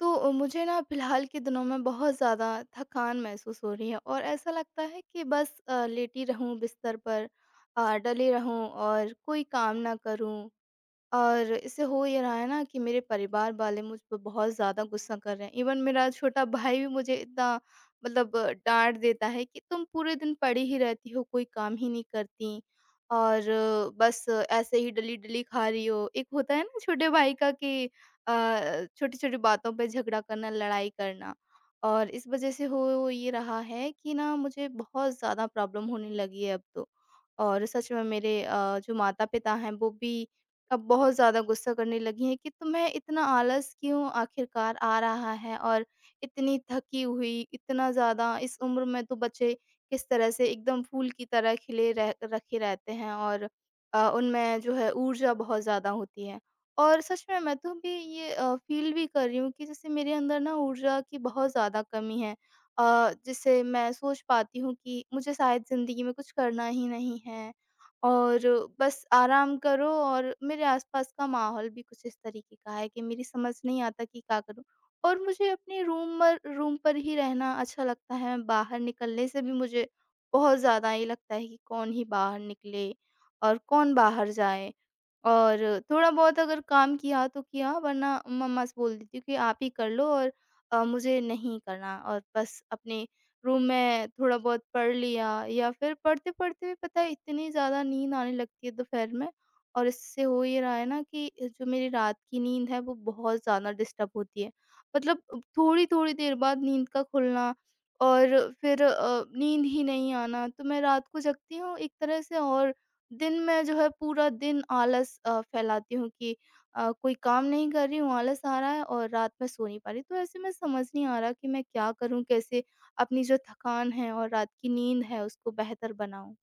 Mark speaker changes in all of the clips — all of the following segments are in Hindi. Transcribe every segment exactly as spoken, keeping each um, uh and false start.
Speaker 1: तो अ, मुझे ना फ़िलहाल के दिनों में बहुत ज़्यादा थकान महसूस हो रही है और ऐसा लगता है कि बस अ, लेटी रहूँ बिस्तर पर, अ, डली रहूँ और कोई काम ना करूँ। और इससे हो ये रहा है ना कि मेरे परिवार वाले मुझ पे बहुत ज़्यादा गुस्सा कर रहे हैं। इवन मेरा छोटा भाई भी मुझे इतना मतलब डाँट देता है कि तुम पूरे दिन पड़ी ही रहती हो, कोई काम ही नहीं करती और अ, बस अ, ऐसे ही डली-डली खा रही हो। एक होता है ना छोटे भाई का कि अ, छोटी-छोटी बातों पे झगड़ा करना, लड़ाई करना। और इस वज़ह से हो ये रहा है कि ना मुझे बहुत ज़्यादा प्रॉब्लम होने लगी है अब तो। और सच में मेरे अ, जो माता-पिता हैं वो भी अब बहुत ज़्यादा गुस्सा करने लगी हैं कि तुम्हें इतना आलस क्यों आखिरकार आ रहा है। और इतनी थकी हुई, इतना ज़्यादा इस उम्र में तो बच्चे किस तरह से एकदम फूल की तरह खिले रह रखे रहते हैं और अ, उनमें जो है ऊर्जा बहुत ज़्यादा होती है। और सच में मैं तो भी ये अ, फ़ील भी कर रही हूँ कि जैसे मेरे अंदर ना ऊर्जा की बहुत ज़्यादा कमी है, अ, जिससे मैं सोच पाती हूँ कि मुझे शायद ज़िंदगी में कुछ करना ही नहीं है और बस आराम करो। और मेरे आसपास का माहौल भी कुछ इस तरीके का है कि मेरी समझ नहीं आता कि क्या करूँ। और मुझे अपने रूम मर रूम पर ही रहना अच्छा लगता है, बाहर निकलने से भी मुझे बहुत ज़्यादा ये लगता है कि कौन ही बाहर निकले और कौन बाहर जाए। और थोड़ा बहुत अगर काम किया तो किया, वरना मम्मा से बोल देती हूँ कि आप ही कर लो और अ, मुझे नहीं करना। और बस अपने रूम में थोड़ा बहुत पढ़ लिया या फिर पढ़ते-पढ़ते भी पता है इतनी ज़्यादा नींद आने लगती है दोपहर में। और इससे हो ये रहा है ना कि जो मेरी रात की नींद है वो बहुत ज़्यादा डिस्टर्ब होती है। मतलब थोड़ी-थोड़ी देर बाद नींद का खुलना और फिर अ, नींद ही नहीं आना, तो मैं रात को जगती हूँ एक तरह से। और दिन में जो है पूरा दिन आलस अ, फैलाती हूँ कि अ, कोई काम नहीं कर रही हूँ, आलस आ रहा है और रात में सो नहीं पा रही। तो ऐसे में समझ नहीं आ रहा कि मैं क्या करूँ? कैसे अपनी जो थकान है और रात की नींद है उसको बेहतर बनाऊँ।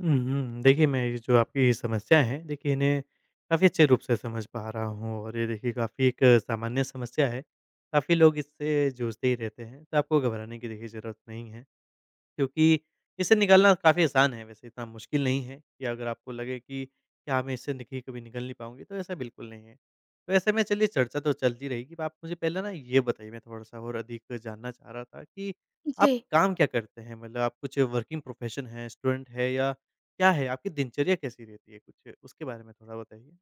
Speaker 2: हुँ, हुँ। देखिए, मैं ये जो आपकी समस्या है, देखिए इन्हें काफ़ी अच्छे रूप से समझ पा रहा हूँ, और ये देखिए काफ़ी एक सामान्य समस्या है। काफ़ी लोग इससे जूझते ही रहते हैं, तो आपको घबराने की देखिए ज़रूरत नहीं है। क्योंकि इससे निकलना काफ़ी आसान है, वैसे इतना मुश्किल नहीं है कि अगर आपको लगे कि क्या मैं इससे देखिए कभी निकल नहीं पाऊँगी, तो ऐसा बिल्कुल नहीं है। तो ऐसे में चलिए चर्चा तो चलती रहेगी, पर आप मुझे पहले ना ये बताइए, मैं थोड़ा-सा और अधिक जानना चाह रहा था कि आप
Speaker 1: जी।
Speaker 2: काम क्या करते हैं? मतलब आप कुछ वर्किंग प्रोफ़ेशन हैं, स्टूडेंट हैं या क्या है? आपकी दिनचर्या कैसी रहती है? कुछ उसके बारे में थोड़ा बताइए।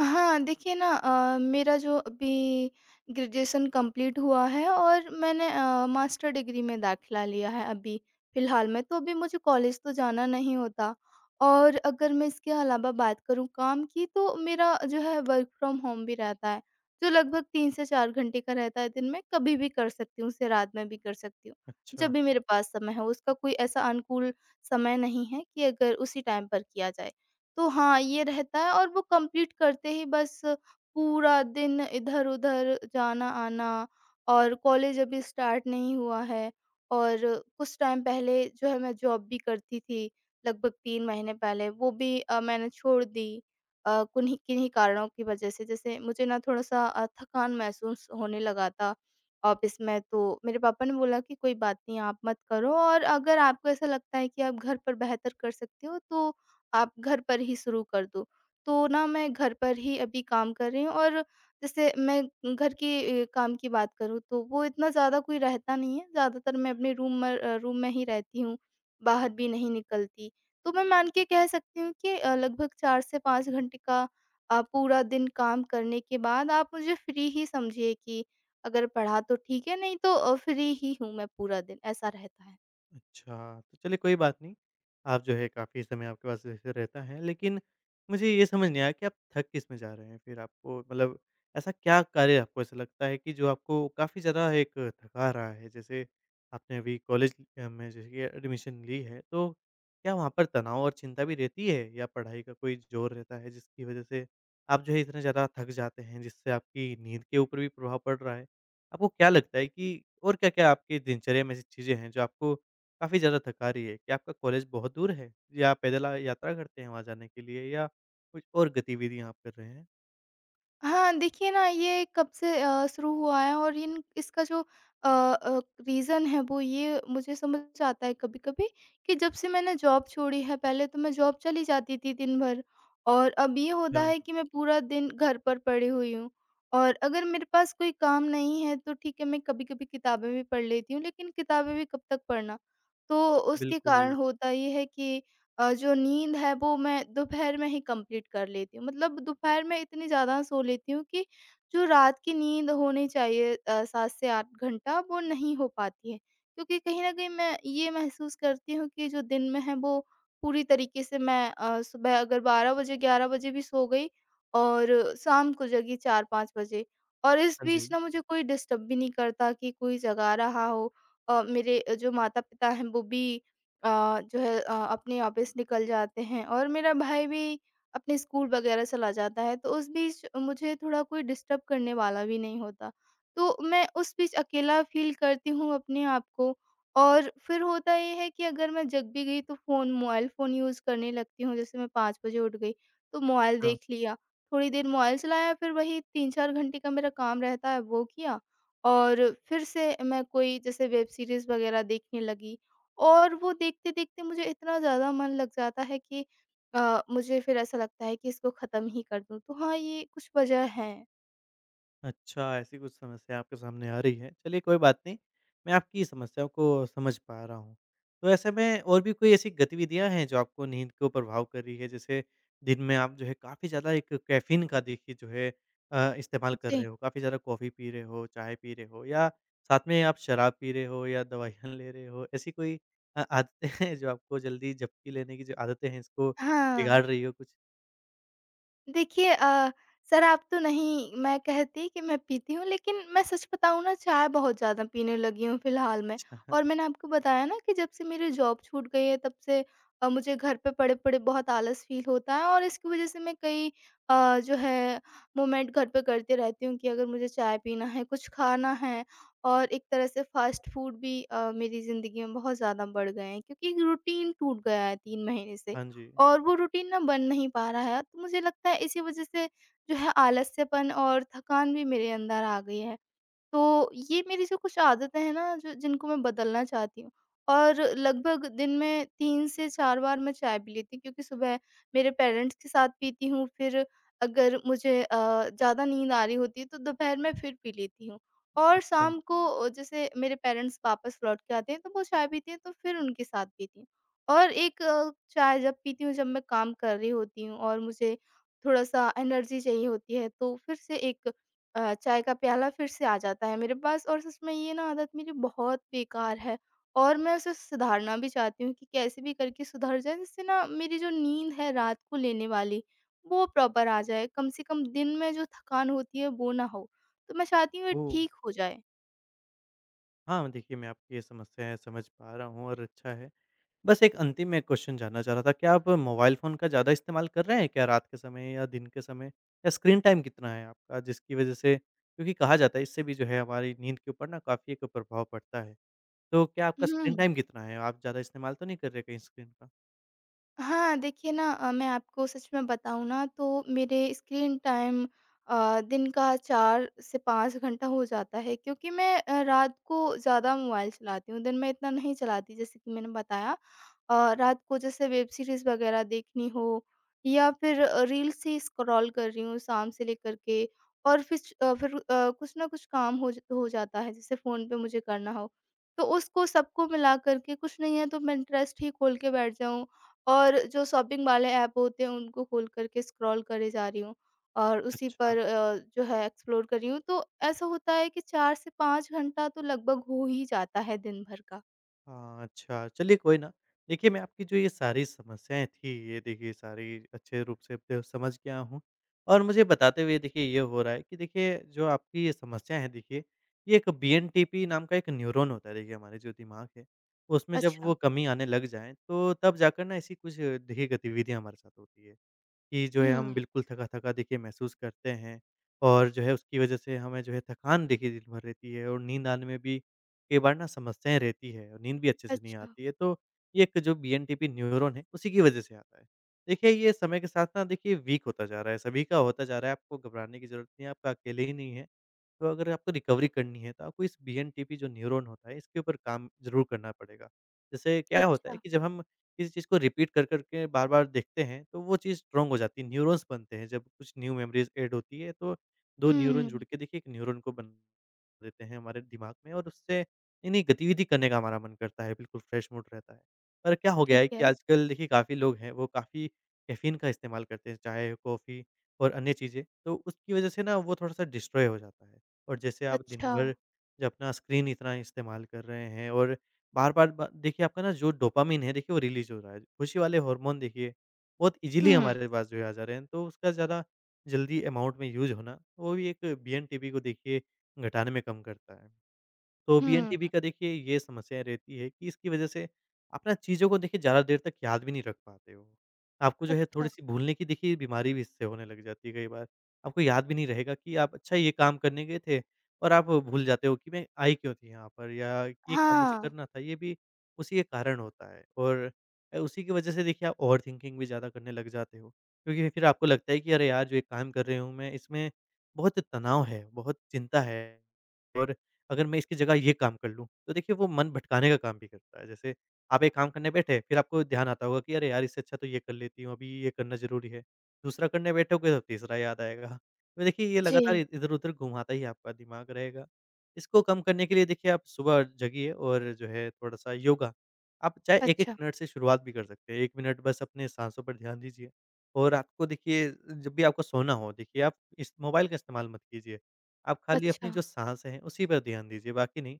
Speaker 1: हाँ, देखिए ना अ, मेरा जो अभी ग्रेजुएशन कंप्लीट हुआ है और मैंने अ, मास्टर डिग्री में दाखिला लिया है अभी फ़िलहाल में, तो अभी मुझे कॉलेज तो जाना नहीं होता। और अगर मैं इसके अलावा बात करूँ काम की तो मेरा जो है वर्क फ्रॉम होम भी रहता है, जो लगभग तीन से चार घंटे का रहता है दिन में, कभी भी कर सकती हूँ, उसे रात में भी कर सकती हूँ, जब
Speaker 2: अच्छा।
Speaker 1: भी मेरे पास समय हो। उसका कोई ऐसा अनुकूल समय नहीं है कि अगर उसी टाइम पर किया जाए। तो हाँ, ये रहता है और वो कंप्लीट करते ही बस पूरा दिन इधर-उधर जाना-आना, और कॉलेज अभी स्टार्ट नहीं हुआ है। और कुछ टाइम पहले जो है मैं जॉब भी करती थी, लगभग तीन महीने पहले, वो भी अ, मैंने छोड़ दी अ, कुन्ही किन्हीं कारणों की वजह से। जैसे मुझे ना थोड़ा-सा अ, थकान महसूस होने लगा था ऑफ़िस में, तो मेरे पापा ने बोला कि कोई बात नहीं आप मत करो, और अगर आपको ऐसा लगता है कि आप घर पर बेहतर कर सकते हो तो आप घर पर ही शुरू कर दो। तो ना मैं घर पर ही अभी काम कर रही हूँ। और जैसे मैं घर की अ, काम की बात करूँ तो वो इतना ज़्यादा कोई रहता नहीं है, ज़्यादातर मैं अपने रूम मर अ, रूम में ही रहती हूँ, बाहर भी नहीं निकलती। तो मैं मान के कह सकती हूँ कि अ, लगभग चार से पाँच घंटे का अ, पूरा दिन काम करने के बाद आप मुझे फ्री ही समझिए कि अगर पढ़ा तो ठीक है, नहीं तो अ, फ्री ही हूँ मैं पूरा दिन, ऐसा रहता है।
Speaker 2: अच्छा, तो चलिए कोई बात नहीं। आप जो है काफ़ी समय आपके पास वैसे रहता है, लेकिन मुझे ये समझ नहीं आया कि आप थक किसमें जा रहे हैं? फिर आपको मतलब ऐसा क्या कार्य आपको ऐसा लगता है कि जो आपको काफ़ी ज़्यादा एक थका रहा है? जैसे आपने अभी कॉलेज अ, में जैसे कि एडमिशन ली है, तो क्या वहाँ पर तनाव और चिंता भी रहती है या पढ़ाई का कोई ज़ोर रहता है जिसकी वज़ह से आप जो है इतने ज़्यादा थक जाते हैं जिससे आपकी नींद के ऊपर भी प्रभाव पड़ रहा है? आपको क्या लगता है कि और क्या-क्या आपकी दिनचर्या में ऐसी चीज़ें हैं जो आपको काफ़ी ज़्यादा थका रही है। क्या आपका कॉलेज बहुत दूर है? या पैदल अ, यात्रा करते हैं वहाँ जाने के लिए, या कुछ और गतिविधियाँ आप कर रहे हैं?
Speaker 1: हाँ, देखिए ना ये कब से अ, शुरू हुआ है और इन इसका जो अ अ, रीज़न है वो ये मुझे समझ आता है कभी-कभी कि जब से मैंने जॉब छोड़ी है, पहले तो मैं जॉब चली जाती थी दिन भर और अब ये होता
Speaker 2: हाँ,
Speaker 1: है कि मैं पूरा दिन घर पर पड़ी हुई हूँ। और अगर मेरे पास कोई काम नहीं है तो ठीक है मैं कभी-कभी किताबें भी पढ़ लेती हूँ, लेकिन किताबें भी कब तक पढ़ना। तो उसके
Speaker 2: बिल्कुल।
Speaker 1: कारण होता ये है कि अ, जो नींद है वो मैं दोपहर में ही कंप्लीट कर लेती हूँ। मतलब दोपहर में इतनी ज़्यादा सो लेती हूँ कि जो रात की नींद होनी चाहिए अ, सात से आठ घंटा, वो नहीं हो पाती है। क्योंकि कहीं न कहीं मैं ये महसूस करती हूँ कि जो दिन में है वो पूरी तरीके से मैं अ, सुबह अगर बारह बजे ग्यारह बजे भी सो गई और शाम को जगी चार पाँच बजे, और इस
Speaker 2: हाँ जी।
Speaker 1: बीच ना मुझे कोई डिस्टर्ब भी नहीं करता कि कोई जगा रहा हो। अ, मेरे अ, जो माता-पिता हैं वो भी अ, जो है अ, अपने ऑफिस निकल जाते हैं और मेरा भाई भी अपने स्कूल वगैरह चला जाता है, तो उस बीच मुझे थोड़ा कोई डिस्टर्ब करने वाला भी नहीं होता, तो मैं उस बीच अकेला फील करती हूँ अपने आप को। और फिर होता ये है कि अगर मैं जग भी गई तो फ़ोन मोबाइल फ़ोन यूज़ करने लगती हूँ। जैसे मैं पाँच बजे उठ गई तो मोबाइल देख लिया, थोड़ी देर मोबाइल चलाया, फिर वही तीन चार घंटे का मेरा काम रहता है वो किया, और फिर से मैं कोई जैसे वेब सीरीज़ वगैरह देखने लगी। और वो देखते-देखते मुझे इतना ज़्यादा मन लग जाता है कि अ, मुझे फिर ऐसा लगता है कि इसको ख़त्म ही कर दूँ। तो हाँ, ये कुछ वजह हैं।
Speaker 2: अच्छा, ऐसी कुछ समस्या आपके सामने आ रही है। चलिए कोई बात नहीं, मैं आपकी समस्या को समझ पा रहा हूँ। तो ऐसे में और भी कोई ऐसी गतिविधियाँ हैं जो आपको नींद को प्रभाव कर रही है? जैसे दिन में आप जो है काफ़ी ज़्यादा एक कैफ़ीन का देखिए जो है अ, इस्तेमाल कर
Speaker 1: जी।
Speaker 2: रहे हो, काफ़ी ज़्यादा कॉफ़ी पी रहे हो, चाय पी रहे हो, या साथ में आप शराब पी रहे हो या दवाइयाँ ले रहे हो। ऐसी कोई अ, आदतें हैं जो आपको जल्दी झपकी लेने की जो आदतें हैं, इसको
Speaker 1: हाँ।
Speaker 2: बिगाड़ रही हो कुछ?
Speaker 1: देखिए अ, शराब तो नहीं मैं कहती कि मैं पीती हूँ, लेकिन मैं सच बताऊँ ना चाय बहुत ज़्यादा पीने लगी हूँ फ़िलहाल में। और मैंने आपको बताया ना कि जब से मेरी जॉब छूट गई है तब से अ, मुझे घर पे पड़े-पड़े बहुत आलस फ़ील होता है, और इसकी वज़ह से मैं कई अ, जो है मोमेंट घर पे करती रहती हूँ कि अगर मुझे चाय पीना है, कुछ खाना है। और एक तरह से फ़ास्ट फ़ूड भी अ, मेरी ज़िंदगी में बहुत ज़्यादा बढ़ गए हैं, क्योंकि एक रूटीन टूट गया है तीन महीने से।
Speaker 2: हाँ जी,
Speaker 1: और वो रूटीन ना बन नहीं पा रहा है। तो मुझे लगता है इसी वज़ह से जो है आलस्यपन और थकान भी मेरे अंदर आ गई है। तो ये मेरी जो कुछ आदतें हैं ना, जो जिनको मैं बदलना चाहती हूँ। और लगभग दिन में तीन से चार बार मैं चाय पी लेती हूँ, क्योंकि सुबह मेरे पेरेंट्स के साथ पीती हूँ, फिर अगर मुझे अ, ज़्यादा नींद आ रही होती है तो दोपहर में फिर पी लेती हूँ। और
Speaker 2: अच्छा।
Speaker 1: शाम को जैसे मेरे पेरेंट्स वापस लौट के आते हैं तो वो चाय पीती हैं तो फिर उनके साथ पीती हूँ। और एक अ, चाय जब पीती हूँ, जब मैं काम कर रही होती हूँ और मुझे थोड़ा-सा एनर्जी चाहिए होती है, तो फिर से एक अ, चाय का प्याला फिर से आ जाता है मेरे पास। और सच में ये ना आदत मेरी बहुत बेकार है, और मैं उसे सुधारना भी चाहती हूँ कि कैसे भी करके सुधर जाए, जिससे ना मेरी जो नींद है रात को लेने वाली वो प्रॉपर आ जाए, कम से कम दिन में जो थकान होती है वो ना हो। तो मैं चाहती हूँ ये
Speaker 2: वो
Speaker 1: ठीक हो जाए।
Speaker 2: हाँ, देखिए, मैं आपकी ये समस्याएँ समझ पा रहा हूँ और अच्छा है। बस एक अंतिम में क्वेश्चन जानना चाह रहा था, क्या आप मोबाइल फ़ोन का ज़्यादा इस्तेमाल कर रहे हैं क्या रात के समय या दिन के समय? या स्क्रीन टाइम कितना है आपका जिसकी वज़ह से, क्योंकि कहा जाता है इससे भी जो है हमारी नींद के ऊपर ना काफ़ी एक प्रभाव पड़ता है। तो क्या आपका
Speaker 1: हम्म।
Speaker 2: स्क्रीन टाइम कितना है? आप ज़्यादा इस्तेमाल तो नहीं कर रहे कहीं स्क्रीन का?
Speaker 1: हाँ, देखिए ना अ, मैं आपको सच में बताऊँ ना, तो मेरे स्क्रीन टाइम अ, दिन का चार से पाँच घंटा हो जाता है, क्योंकि मैं अ, रात को ज़्यादा मोबाइल चलाती हूँ, दिन में इतना नहीं चलाती जैसे कि मैंने बताया। अ, रात को जैसे वेब सीरीज़ वग़ैरह देखनी हो, या फिर अ, रील्स ही स्क्रॉल कर रही हूँ शाम से लेकर के, और फिच अ, फिर अ, कुछ ना कुछ काम हो ज हो जाता है, जैसे फ़ोन पे मुझे करना हो। तो उसको सबको मिला कर के कुछ नहीं है तो मैं इंटरेस्ट ही खोल के बैठ जाऊँ, और जो शॉपिंग वाले ऐप होते हैं उनको खोल करके स्क्रॉल करे जा रही हूँ, और उसी
Speaker 2: अच्छा।
Speaker 1: पर अ, जो है एक्सप्लोर कर रही हूँ। तो ऐसा होता है कि चार से पाँच घंटा तो लगभग हो ही जाता है दिन भर का।
Speaker 2: हाँ, अच्छा, चलिए कोई ना। देखिए, मैं आपकी जो ये सारी समस्याएँ थी, ये देखिए सारी अच्छे रूप से प समझ गया हूँ। और मुझे बताते हुए देखिए ये हो रहा है कि देखिए जो आपकी ये समस्या है देखिए, ये एक बीएनटीपी नाम का एक न्यूरॉन होता है देखिए हमारे जो दिमाग है, उसमें जब
Speaker 1: अच्छा।
Speaker 2: वो कमी आने लग जाए, तो तब जाकर ना ऐसी कुछ देखिए गतिविधियाँ हमारे साथ होती है। कि जो है हम
Speaker 1: हुँ।
Speaker 2: बिल्कुल थका-थका देखिए महसूस करते हैं, और जो है उसकी वजह से हमें जो है थकान देखिए दिन भर रहती है, और नींद आने में भी कई बार ना समस्याएँ रहती है, और नींद भी अच्छे से नहीं
Speaker 1: अच्छा।
Speaker 2: आती है। तो ये एक जो बीएनटीपी न्यूरॉन है, उसी की वजह से आता है। देखिए ये समय के साथ ना देखिए वीक होता जा रहा है, सभी का होता जा रहा है, आपको घबराने की ज़रूरत नहीं है, आपका अकेले ही नहीं है। तो अगर आपको रिकवरी करनी है, तो आपको इस बीएनटीपी जो न्यूरॉन होता है, इसके ऊपर काम ज़रूर करना पड़ेगा। जैसे क्या होता है
Speaker 1: अच्छा।
Speaker 2: कि जब हम किसी चीज़ को रिपीट कर, कर के बार-बार देखते हैं, तो वो चीज़ स्ट्रॉन्ग हो जाती है, न्यूरॉन्स बनते हैं। जब कुछ न्यू मेमोरीज़ ऐड होती है, तो दो न्यूरॉन
Speaker 1: हुँ।
Speaker 2: जुड़ के देखिए, एक न्यूरॉन को बना देते हैं हमारे दिमाग में, और उससे नई-नई गतिविधि करने का हमारा मन करता है, बिल्कुल फ्रेश मूड रहता है। पर क्या हो गया
Speaker 1: ठीक
Speaker 2: है
Speaker 1: है।
Speaker 2: कि आजकल देखिए काफ़ी लोग हैं, वो काफ़ी कैफ़ीन का इस्तेमाल करते हैं, चाय, कॉफ़ी और अन्य चीज़ें, तो उसकी वज़ह से ना वो थोड़ा-सा डिस्ट्रॉय हो जाता है। और जैसे आप दिन
Speaker 1: अच्छा।
Speaker 2: भर जो अपना स्क्रीन इतना इस्तेमाल कर रहे हैं, और बार-बार ब देखिए आपका ना जो डोपामाइन है देखिए वो रिलीज़ हो रहा है। खुशी वाले हार्मोन देखिए बहुत ईज़िली
Speaker 1: हुँ।
Speaker 2: हमारे पास जो है आ जा रहे हैं, तो उसका ज़्यादा जल्दी अमाउंट में यूज़ होना वो भी एक बीएनटीबी को देखिए घटाने में कम करता है। तो
Speaker 1: हुँ।
Speaker 2: बीएनटीबी का देखिए ये समस्या रहती है कि इसकी वजह से आप ना चीज़ों को देखिए ज़्यादा देर तक याद भी नहीं रख पाते हो। आपको जो है
Speaker 1: अच्छा।
Speaker 2: थोड़ी-सी भूलने की देखिए बीमारी भी इससे होने लग जाती है कई बार। आपको याद भी नहीं रहेगा कि आप अच्छा ये काम करने गए थे, और आप भूल जाते हो कि मैं आई क्यों थी यहाँ पर, या ये काम मुझे
Speaker 1: हाँ।
Speaker 2: करना था, ये भी उसी के कारण होता है। और अ, उसी की वजह से देखिए आप ओवरथिंकिंग भी ज़्यादा करने लग जाते हो। क्योंकि फिर आपको लगता है कि अरे यार, जो ये काम कर रही हूँ मैं, इसमें बहुत तनाव है, बहुत चिंता है, और अगर मैं इसकी जगह ये काम कर लूँ, तो देखिए वो मन भटकाने का काम भी करता है। जैसे आप एक काम करने बैठे, फिर आपको ध्यान आता होगा कि अरे यार! इससे अच्छा तो ये कर लेती हूँ, अभी ये करना ज़रूरी है। दूसरा करने बैठोगे तो तीसरा याद आएगा। तो देखिए ये
Speaker 1: जी।
Speaker 2: लगातार इधर-उधर घुमाता ही आपका दिमाग रहेगा। इसको कम करने के लिए देखिए आप सुबह जगिए और जो है थोड़ा-सा योगा, आप चाहे एक एक
Speaker 1: अच्छा।
Speaker 2: मिनट से शुरुआत भी कर सकते हैं। एक मिनट बस अपने साँसों पर ध्यान दीजिए, और आपको देखिए जब भी आपको सोना हो देखिए आप इस मोबाइल का इस्तेमाल मत कीजिए। आप खाली अपनी
Speaker 1: अच्छा।
Speaker 2: जो साँस है, उसी पर ध्यान दीजिए, बाकी नहीं।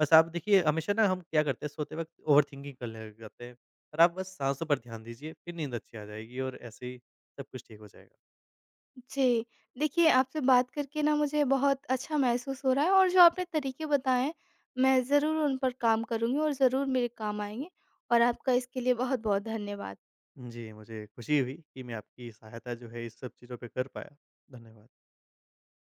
Speaker 2: बस आप देखिए, हमेशा ना हम क्या करते हैं, सोते वक़्त ओवरथिंकिंग करने लग जाते हैं, पर आप बस साँसों पर ध्यान दीजिए, फिर नींद अच्छी आ जाएगी और ऐसे ही सब कुछ ठीक हो जाएगा।
Speaker 1: जी। देखिए, आपसे बात करके ना मुझे बहुत अच्छा महसूस हो रहा है, और जो आपने तरीके बताए हैं, मैं ज़रूर उन पर काम करूँगी और ज़रूर मेरे काम आएँगे, और आपका इसके लिए बहुत-बहुत धन्यवाद।
Speaker 2: जी, मुझे खुशी हुई कि मैं आपकी सहायता जो है इस सब चीज़ों पे कर पाया। धन्यवाद।